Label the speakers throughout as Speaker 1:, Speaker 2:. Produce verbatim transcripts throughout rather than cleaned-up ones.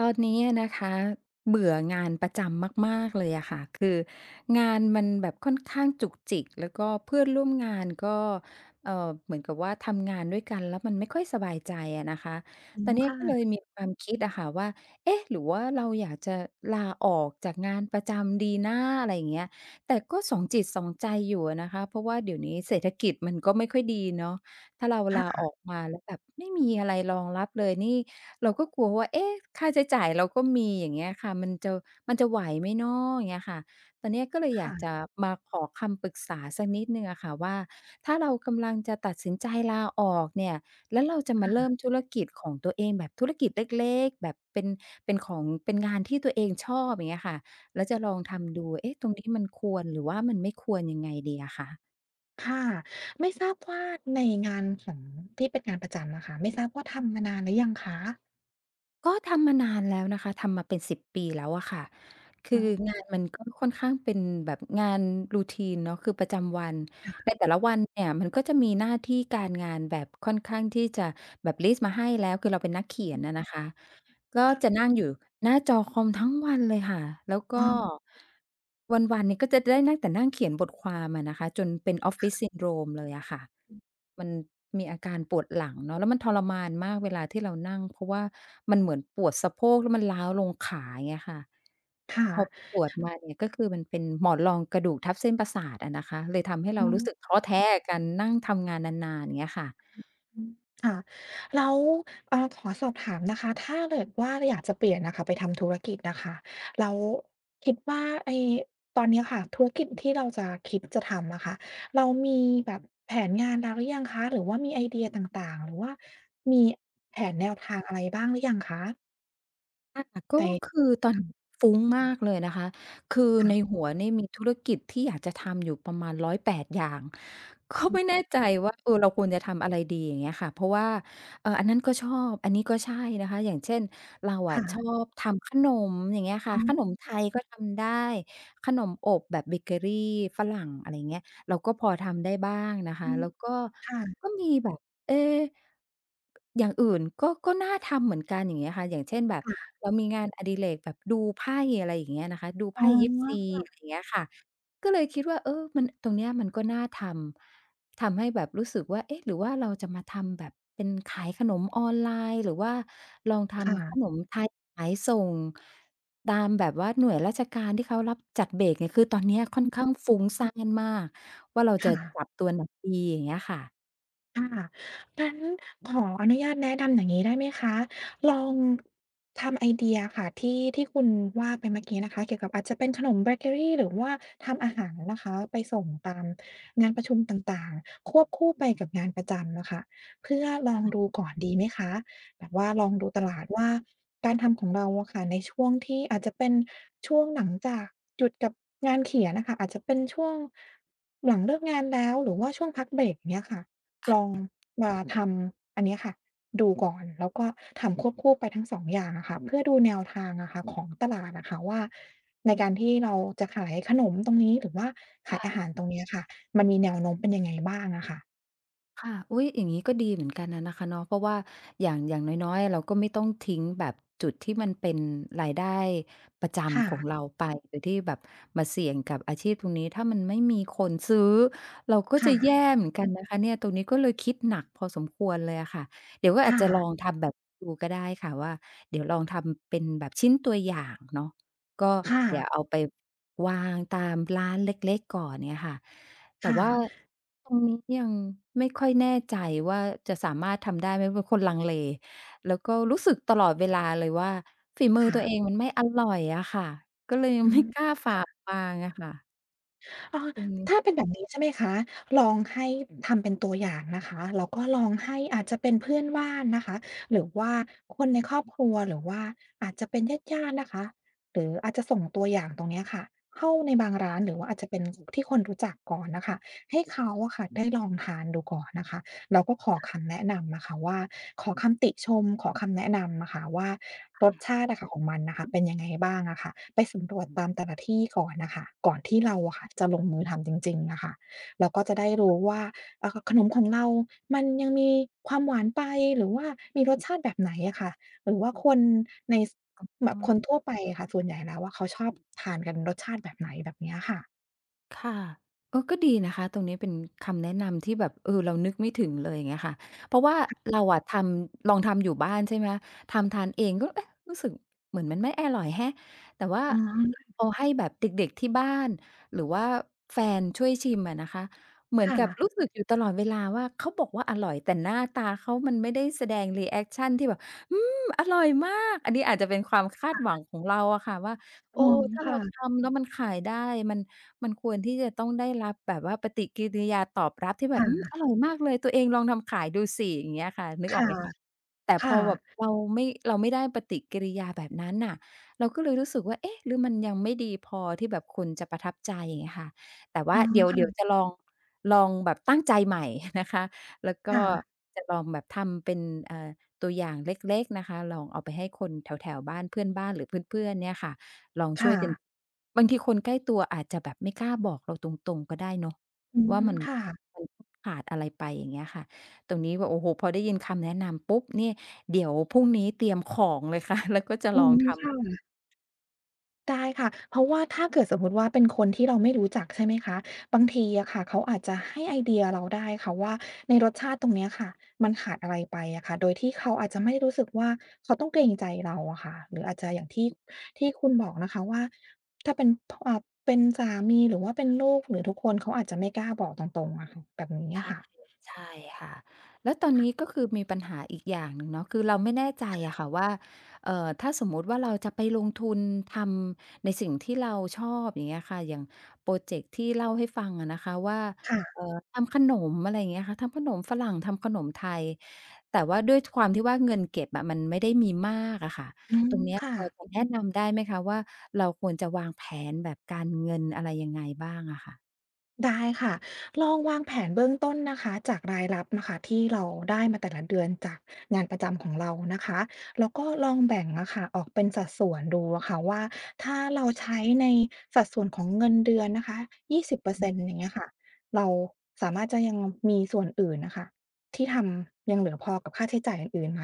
Speaker 1: ตอนนี้อะนะคะเบื่องานประจำมากๆเลยอะค่ะคืองานมันแบบค่อนข้างจุกจิกแล้วก็เพื่อนร่วมงานก็เอ่อเหมือนกับว่าทำงานด้วยกันแล้วมันไม่ค่อยสบายใจอะนะคะ
Speaker 2: อื
Speaker 1: ตอ
Speaker 2: ม
Speaker 1: นเนี้ยก็เลย
Speaker 2: ค่ะ
Speaker 1: มีความคิดอะค่ะว่าเอ๊ะหรือว่าเราอยากจะลาออกจากงานประจำดีนะอะไรอย่างเงี้ยแต่ก็สองจิตสองใจอยู่อะนะคะเพราะว่าเดี๋ยวนี้เศรษฐกิจมันก็ไม่ค่อยดีเนาะถ้าเราลาอ
Speaker 2: ค่ะ
Speaker 1: อกมาแล้วแบบไม่มีอะไรรองรับเลยนี่ เราก็กลัวว่าเอ๊ะค่าใช้จ่ายเราก็มีอย่างเงี้ยค่ะมันจะมันจะไหวไหมเนาะอย่างเงี้ยค่ะตอนเนี้ยก็เลยอยากจะ
Speaker 2: ค่ะ
Speaker 1: มาขอคำปรึกษาสักนิดหนึ่งอะค่ะว่าถ้าเรากำลังจะตัดสินใจลาออกเนี่ยแล้วเราจะมา
Speaker 2: ค่ะ
Speaker 1: เริ่มธุรกิจของตัวเองแบบธุรกิจเล็กๆแบบเป็นเป็นของเป็นงานที่ตัวเองชอบอย่างเงี้ยค่ะแล้วจะลองทำดูเอ๊ะตรงนี้มันควรหรือว่ามันไม่ควรยังไงดีอะคะ
Speaker 2: ค่ะ ไม่ทราบว่าในงานของที่เป็นงานประจำอะค่ะไม่ทราบว่าทำมานานหรือยังคะ
Speaker 1: ก็ทำมานานแล้วนะคะทำมาเป็นสิบปีแล้วอะค่ะคื
Speaker 2: อ๋อ
Speaker 1: องานมันก็ค่อนข้างเป็นแบบงาน routine เนาะคือประจำวัน
Speaker 2: ค่ะ
Speaker 1: ในแต่ละวันเนี่ยมันก็จะมีหน้าที่การงานแบบค่อนข้างที่จะแบบลิสต์มาให้แล้วคือเราเป็นนักเขีย
Speaker 2: อื
Speaker 1: น
Speaker 2: ม
Speaker 1: อะนะคะ ก็จะ
Speaker 2: ค่ะ
Speaker 1: นั่งอยู่หน้าจอคอมทั้งวันเลยค่ะ แล้วก็
Speaker 2: อ๋อ
Speaker 1: วันๆเนี่ยก็จะได้นั่งแต่นั่งเขียนบทความอะนะคะจนเป็น Office Syndrome เลยอะค่ะ มันมีอาการปวดหลังเนาะแล้วมันทรมานมากเวลาที่เรานั่งเพราะว่ามันเหมือนปวดสะโพกแล้วมันร้าวลงขาอย่างเงี้ยค่ะ
Speaker 2: ค่ะ
Speaker 1: พอไปตรวจมาเนี่ยก็คือมันเป็นหมอนรองกระดูกทับเส้นประสาทอะนะคะเลยทำให้เรารู้สึก
Speaker 2: ออ
Speaker 1: ท้อแท้กับการนั่งทำงานนานๆอย่างเงี้ยค่ะ
Speaker 2: อืมค่ะแล้วเอ่อขอสอบถามนะคะถ้าเกิดว่าอยากจะเปลี่ยนน่ะค่ะไปทำธุรกิจน่ะค่ะแล้วคิดว่าไอ้ตอนเนี้ยค่ะธุรกิจที่เราจะคิดจะทำอะค่ะเรามีแบบแผนงานแล้วหรือยังคะหรือว่ามีไอเดียต่างๆหรือว่ามีแผนแนวทางอะไรบ้างหรือยังคะ
Speaker 1: ค่ะก็
Speaker 2: แต่
Speaker 1: คือตอนนี้ฟุ้งมากเลยนะคะคือ
Speaker 2: ค่ะ
Speaker 1: ในหัวเนี่ยมีธุรกิจที่อยากจะทำอยู่ประมาณร้อยแปดอย่างก็
Speaker 2: ค่ะอื
Speaker 1: ไม่
Speaker 2: ม
Speaker 1: แน่ใจว่าเออเราควรจะทำอะไรดีอย่างเงี้ยค่ะเพราะว่าเอ่ออันนั้นก็ชอบอันนี้ก็ใช่นะคะอย่างเช่นเราอะชอ
Speaker 2: ค่ะ
Speaker 1: บทำขนมอย่างเงี้ย
Speaker 2: อ๋
Speaker 1: ค่ะขน
Speaker 2: อ
Speaker 1: มไทยก็ทำได้ขนมอบแบบเบเกอรีฝรั่งอะไรเงี้ยเราก็พอทำได้บ้างนะคะ
Speaker 2: อืม
Speaker 1: แล้วก็ก็
Speaker 2: ค่ะ
Speaker 1: มีแบบ เอ๊อย่างอื่นก็ก็น่าทำเหมือนกันอย่างเงี้ยค่ะอย่างเช่นแบบเรามีงานอดิเรกแบบดูไพ่อะไรอย่างเงี้ยนะคะดู
Speaker 2: ๆอ๋
Speaker 1: ไพ่ยิปซี
Speaker 2: อ
Speaker 1: อะไรอย่างเงี้ยค่ะก็เลยคิดว่าเออมันตรงเนี้ยมันก็น่าทำทำให้แบบรู้สึกว่าเอ๊ะหรือว่าเราจะมาทำแบบเป็นขายขนมออนไลน์หรือว่าลองทำข
Speaker 2: ค่ะ
Speaker 1: นมไทยขายส่งตามแบบว่าหน่วยราชการที่เขารับจัดเบรกเนี่ยคือตอนเนี้ยค่อน
Speaker 2: อืม
Speaker 1: ข้างฟุ้งซ่านมากว่าเรา
Speaker 2: ค
Speaker 1: จะจับ
Speaker 2: ่ะ
Speaker 1: ตัวไหนดีอย่างเงี้ยค่ะ
Speaker 2: ค่ะงั้นขออนุญาตแนะนำอย่างนี้ได้ไหมคะลองทำไอเดียค่ะที่ที่คุณว่าไปเมื่อกี้นะคะเกี่ยวกับอาจจะเป็นขนมเบเกอรีหรือว่าทำอาหารนะคะไปส่งตามงานประชุมต่างๆ ควบคู่ไปกับงานประจำนะค่ะเพื่อลองดูก่อนดีไหมคะ แบบว่าลองดูตลาดว่าการทำของเราอะค่ะในช่วงที่อาจจะเป็นช่วงหลังจากหยุดกับงานเขียนน่ะค่ะอาจจะเป็นช่วงหลังเลิกงานแล้วหรือว่าช่วงพักเบรกอย่างเงี้ยค่ะ ลองมาทำอันเนี้ยค่ะดูก่อนแล้วก็ทำควบคู่ไปทั้งสองอย่างอะค่ะเพื่อดูแนวทางอะค่ะของตลาดอะค่ะว่าในการที่เราจะขายขนมตรงนี้หรือว่าขายอาหารตรงเนี้ยค่ะมันมีแนวโน้มเป็นยังไงบ้างอะค่ะ
Speaker 1: ค่ะอุ๊ยอย่างนี้ก็ดีเหมือนกันนะนะคะเนาะเพราะว่าอย่างอย่างน้อยๆเราก็ไม่ต้องทิ้งแบบจุดที่มันเป็นรายได้ประ
Speaker 2: ค่ะ
Speaker 1: จำของเราไปโดยที่แบบมาเสี่ยงกับอาชีพตรงนี้ถ้ามันไม่มีคนซื้อเราก็จะแย่
Speaker 2: ค่ะ
Speaker 1: เหมือนกันนะคะเนี่ยตรงนี้ก็เลยคิดหนักพอสมควรเลยอะค่ะเดี๋ยวก็อาจ
Speaker 2: ค่ะ
Speaker 1: จะลองทำแบบดูก็ได้ค่ะว่าเดี๋ยวลองทำเป็นแบบชิ้นตัวอย่างเนาะ ก็
Speaker 2: ค่ะ
Speaker 1: เดี๋ยวเอาไปวางตามร้านเล็กๆก่อนเงี้ยค่ะแต่ว่า
Speaker 2: ค่ะ
Speaker 1: ตรงนี้ยังไม่ค่อยแน่ใจว่าจะสามารถทำได้ไหมเป็นคนลังเล แล้วก็รู้สึกตลอดเวลาเลยว่าฝีมือ
Speaker 2: ค่ะ
Speaker 1: ตัวเองมันไม่อร่อยอะค่ะก็เลยยั
Speaker 2: อื
Speaker 1: งไม่กล้า
Speaker 2: ม
Speaker 1: ฝากวางอะค่ะ
Speaker 2: อ๋อ
Speaker 1: ตรงนี้
Speaker 2: ถ้าเป็นแบบนี้ใช่ไหมคะลองให้ทำเป็นตัวอย่างนะคะแล้วก็ลองให้อาจจะเป็นเพื่อนบ้านนะคะหรือว่าคนในครอบครัวหรือว่าอาจจะเป็นญาติๆนะคะหรืออาจจะส่งตัวอย่างตรงเนี้ยค่ะเข้าในบางร้านหรือว่าอาจจะเป็นที่คนรู้จักก่อนน่ะค่ะให้เขาอะค่ะได้ลองทานดูก่อนนะคะ เราก็ขอคำแนะนำนะคะว่าขอคำติชมขอคำแนะนำอะค่ะว่ารสชาติอะค่ะของมันน่ะค่ะเป็นยังไงบ้างอะค่ะไปสำรวจตามแต่ละที่ก่อนน่ะค่ะก่อนที่เราอะค่ะจะลงมือทำจริงๆอะค่ะเราก็จะได้รู้ว่าเอ่อขนมของเรามันยังมีความหวานไปหรือว่ามีรสชาติแบบไหนอะค่ะหรือว่าคนในสแบ
Speaker 1: อ๋
Speaker 2: บคน
Speaker 1: อ
Speaker 2: ทั่วไปอะค่ะส่วนใหญ่แล้วอะเขาชอบทานกันรสชาติแบบไหนแบบเนี้ยค่ะ
Speaker 1: ค่ะเออก็ดีนะคะตรงนี้เป็นคำแนะนำที่แบบเออเรานึกไม่ถึงเลยอย่างเงี้ยค่ะเพราะว่าเราอะทำลองทำอยู่บ้านใช่ไหมทำทานเองก็เอ๊ะรู้สึกเหมือนมันไม่อร่อยแฮะแต่ว่า
Speaker 2: อ๋อ
Speaker 1: เอาให้แบบเด็กๆที่บ้านหรือว่าแฟนช่วยชิมอะนะคะเหมือน
Speaker 2: ค่ะ
Speaker 1: กับรู้สึกอยู่ตลอดเวลาว่าเขาบอกว่าอร่อยแต่หน้าตาเขามันไม่ได้แสดงรีแอกชันที่แบบอืมอร่อยมากอันนี้อาจจะเป็นความคาดหวังของเราอะค่ะว่า
Speaker 2: อื
Speaker 1: โอ้
Speaker 2: ม
Speaker 1: ถ้าเรา
Speaker 2: ค่ะ
Speaker 1: ทำแล้วมันขายได้มัน มันควรที่จะต้องได้รับแบบว่าปฏิกิริยาตอบรับที่แบบ
Speaker 2: ค่
Speaker 1: อืม
Speaker 2: ะ
Speaker 1: อร่อยมากเลยตัวเองลองทำขายดูสิอย่างเงี้ยค่ะนึกออก
Speaker 2: ค่ะ
Speaker 1: ไหมคะแต่พ
Speaker 2: ค่ะ
Speaker 1: อแบบเราไม่เราไม่ได้ปฏิกิริยาแบบนั้นน่ะเราก็เลยรู้สึกว่าเอ๊ะหรือมันยังไม่ดีพอที่แบบคนจะประทับใจอย่างเงี้ยค่ะแต่
Speaker 2: อ๋อ
Speaker 1: ว่าเดี๋ยวเดี๋ยว
Speaker 2: ค่ะ
Speaker 1: จะลองลองแบบตั้งใจใหม่นะคะแล้วก็
Speaker 2: ค่ะ
Speaker 1: จะลองแบบทำเป็นเอ่อตัวอย่างเล็กๆนะคะลองเอาไปให้คนแถวๆบ้านเพื่อนบ้านหรือเพื่อนๆเนี่ยค่ะ ลองช่ว
Speaker 2: ค่ะ
Speaker 1: ยกันบางทีคนใกล้ตัวอาจจะแบบไม่กล้าบอกเราตรงๆก็ได้เนาะ
Speaker 2: อืม
Speaker 1: ว่ามัน
Speaker 2: ค่ะ
Speaker 1: มันขาดอะไรไปอย่างเงี้ยค่ะตรงนี้แบบโอ้โฮพอได้ยินคำแนะนำปุ๊บเนี่ยเดี๋ยวพรุ่งนี้เตรียมของเลยค่ะ แล้วก็จะ
Speaker 2: อื
Speaker 1: ลอง
Speaker 2: ม
Speaker 1: ทำ
Speaker 2: ค่ะได้ค่ะเพราะว่าถ้าเกิดสมมุติว่าเป็นคนที่เราไม่รู้จักใช่ไหมคะ บางทีอะค่ะเขาอาจจะให้ไอเดียเราได้ค่ะว่าในรสชาติตรงเนี้ยค่ะมันขาดอะไรไปอะค่ะโดยที่เขาอาจจะไม่ได้รู้สึกว่าเขาต้องเกรงใจเราอะค่ะหรืออาจจะอย่างที่ที่คุณบอกนะคะว่าถ้าเป็นพอ่าเป็นสามีหรือว่าเป็นลูกหรือทุกคนเขาอาจจะไม่กล้าบอกตรงๆอะค่ะแบบนี้อะค่ะ
Speaker 1: ใช่ค่ะแล้วตอนนี้
Speaker 2: ค่ะ
Speaker 1: ก็คือมีปัญหาอีกอย่างหนึ่งเนาะคือเราไม่แน่ใจอะค่ะว่าเอ่อถ้าสมมุติว่าเราจะไปลงทุนทำในสิ่งที่เราชอบอย่างเงี้ยค่ะอย่างพรอเจกต์ที่เล่าให้ฟังอะนะคะว่า
Speaker 2: ค่ะ
Speaker 1: เอ่อทำขนมอะไรอย่างเงี้ยค่ะทำขนมฝรั่งทำขนมไทยแต่ว่าด้วยความที่ว่าเงินเก็บอะมันไม่ได้มีมากอะค่ะ
Speaker 2: อื
Speaker 1: ต
Speaker 2: ม
Speaker 1: รงเนี้ย
Speaker 2: ค่ะ
Speaker 1: พอจะแนะนำได้ไหมคะว่าเราควรจะวางแผนแบบการเงินอะไรยังไงบ้างอะค่ะ
Speaker 2: ได้ค่ะลองวางแผนเบื้องต้นนะคะจากรายรับนะคะที่เราได้มาแต่ละเดือนจากงานประจำของเรานะคะแล้วก็ลองแบ่งนะคะออกเป็นสัดส่วนดูอะค่ะว่าถ้าเราใช้ในสัดส่วนของเงินเดือนนะคะยี่สิบเปอร์เซ็นต์อร์เซ็นต์อย่างเงี้ยค่ะเราสามารถจะยังมีส่วนอื่นนะคะที่ทำยังเหลือพอกับค่าใช้จ่ายอื่นๆไหม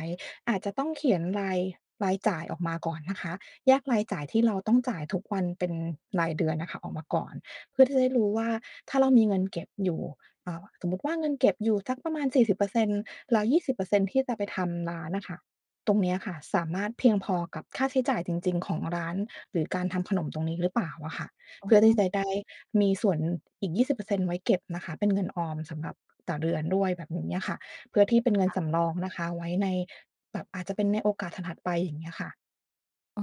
Speaker 2: อาจจะต้องเขียนรายรายจ่ายออกมาก่อนนะคะแยกรายจ่ายที่เราต้องจ่ายทุกวันเป็นรายเดือนนะคะออกมาก่อน เพื่อที่จะได้รู้ว่าถ้าเรามีเงินเก็บอยู่อ่าสมมุติว่าเงินเก็บอยู่สักประมาณ4์เซ็นต์แล้วยี่สิบเปอร์เซ็นต์ที่จะไปทำร้านน่ะค่ะตรงเนี้ยค่ะสามารถเพียงพอกับค่าใช้จ่ายจริงๆของร้านหรือการทำขนมตรงนี้หรือเปล่าอะค่ะ
Speaker 1: อ๋
Speaker 2: เพื่อที่จะ
Speaker 1: อ
Speaker 2: ได้มีส่วนอีกยี่สิบเปอร์เซ็นต์ไว้เก็บนะคะเป็นเงินออมสำหรับต่อเดือนด้วยแบบนี้อะค่ะเพื่อที่เป็นเงินสำรองนะคะไว้ในแบบอาจจะเป็นในโอกาสถัดๆไปอย่างเงี้ยค่ะ
Speaker 1: อ๋อ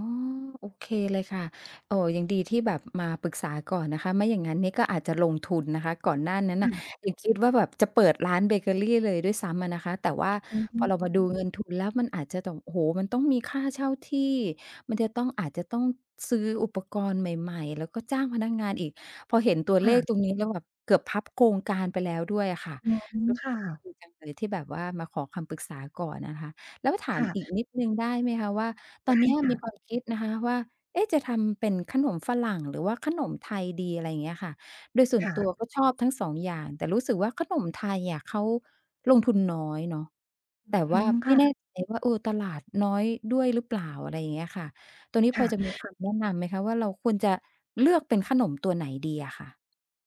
Speaker 1: โอเคเลยค่ะโอ้ยังดีที่แบบมาปรึกษาก่อนนะคะไม่อย่างนั้นเนี่ยก็อาจจะลงทุนนะคะก่อนหน้านั้นน่ะ
Speaker 2: ค่ะ
Speaker 1: ยังคิดว่าแบบจะเปิดร้านเบเกอรีเลยด้วยซ้ำอะนะคะแต่ว่า
Speaker 2: อือ
Speaker 1: พ
Speaker 2: ฮึ
Speaker 1: อเรามาดูเงินทุนแล้วมันอาจจะต้องโอ้โฮมันต้องมีค่าเช่าที่มันจะต้องอาจจะต้องซื้ออุปกรณ์ใหม่ๆแล้วก็จ้างพนักงานอีกพอเห็นตัวเลขตร
Speaker 2: ค่ะ
Speaker 1: งนี้แล้วแบบเกือบพับโครงการไปแล้วด้วยอะค่ะ
Speaker 2: อืม
Speaker 1: ก็
Speaker 2: ค่ะ
Speaker 1: ดีจังเลยที่แบบว่ามาขอคำปรึกษาก่อนนะคะแล้วถามอีก
Speaker 2: ค่ะ
Speaker 1: นิดหนึ่งได้ไหมคะว่า ตอน
Speaker 2: ใช่
Speaker 1: เนี้ย
Speaker 2: ค่ะ
Speaker 1: มีความคิดนะคะว่าเอ๊ะจะทำเป็นขนมฝรั่งหรือว่าขนมไทยดีอะไรอย่างเงี้ยค่ะโดยส่วน
Speaker 2: ค่ะ
Speaker 1: ตัวก็ชอบทั้งสองอย่างแต่รู้สึกว่าขนมไทยอะเขาลงทุนน้อยเนาะแต่
Speaker 2: อื
Speaker 1: ว่า
Speaker 2: ม
Speaker 1: ไม่
Speaker 2: ค่ะ
Speaker 1: แน่ใจว่าเออตลาดน้อยด้วยหรือเปล่าอะไรอย่างเงี้ยค่ะตรงนี้พอจะมี
Speaker 2: ค่ะ
Speaker 1: คำแนะนำไหมคะว่าเราควรจะเลือกเป็นขนมตัวไหนดีอะค่ะ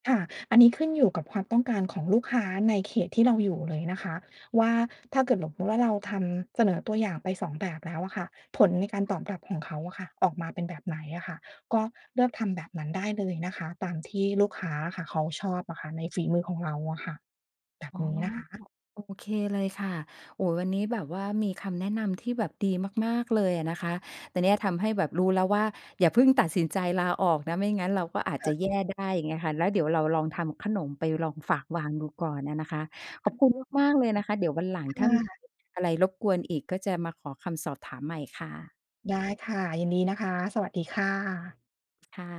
Speaker 2: ค่ะอันนี้ขึ้นอยู่กับความต้องการของลูกค้าในเขตที่เราอยู่เลยนะคะว่าถ้าเกิดสมมุติว่าเราทำเสนอตัวอย่างไปสองแบบแล้วอะค่ะผลในการตอบรับของเขาอะค่ะออกมาเป็นแบบไหนอะค่ะก็เลือกทำแบบนั้นได้เลยนะคะตามที่ลูกค้าอะค่ะเขาชอบอะค่ะในฝีมือของเราอะค่ะแบบ
Speaker 1: อ๋อ
Speaker 2: นี้นะคะ
Speaker 1: โอเคเลยค่ะโอ้ยวันนี้แบบว่ามีคำแนะนำที่แบบดีมากๆเลยอะนะคะแต่เนี่ยทำให้แบบรู้แล้วว่าอย่าเพิ่งตัดสินใจลาออกนะไม่งั้นเราก็อาจจะ
Speaker 2: ค่ะ
Speaker 1: แย่ได้อย่างเงี้ยค่ะแล้วเดี๋ยวเราลองทำขนมไปลองฝากวางดูก่อนอะนะคะขอบคุณมากๆเลยนะคะเดี๋ยววันหลังถ้ามี
Speaker 2: ค่ะ
Speaker 1: อะไรรบกวนอีกก็จะมาขอคำสอบถามใหม่ค่ะ
Speaker 2: ได้ค่ะยินดีนะคะสวัสดีค่ะ
Speaker 1: ค่ะ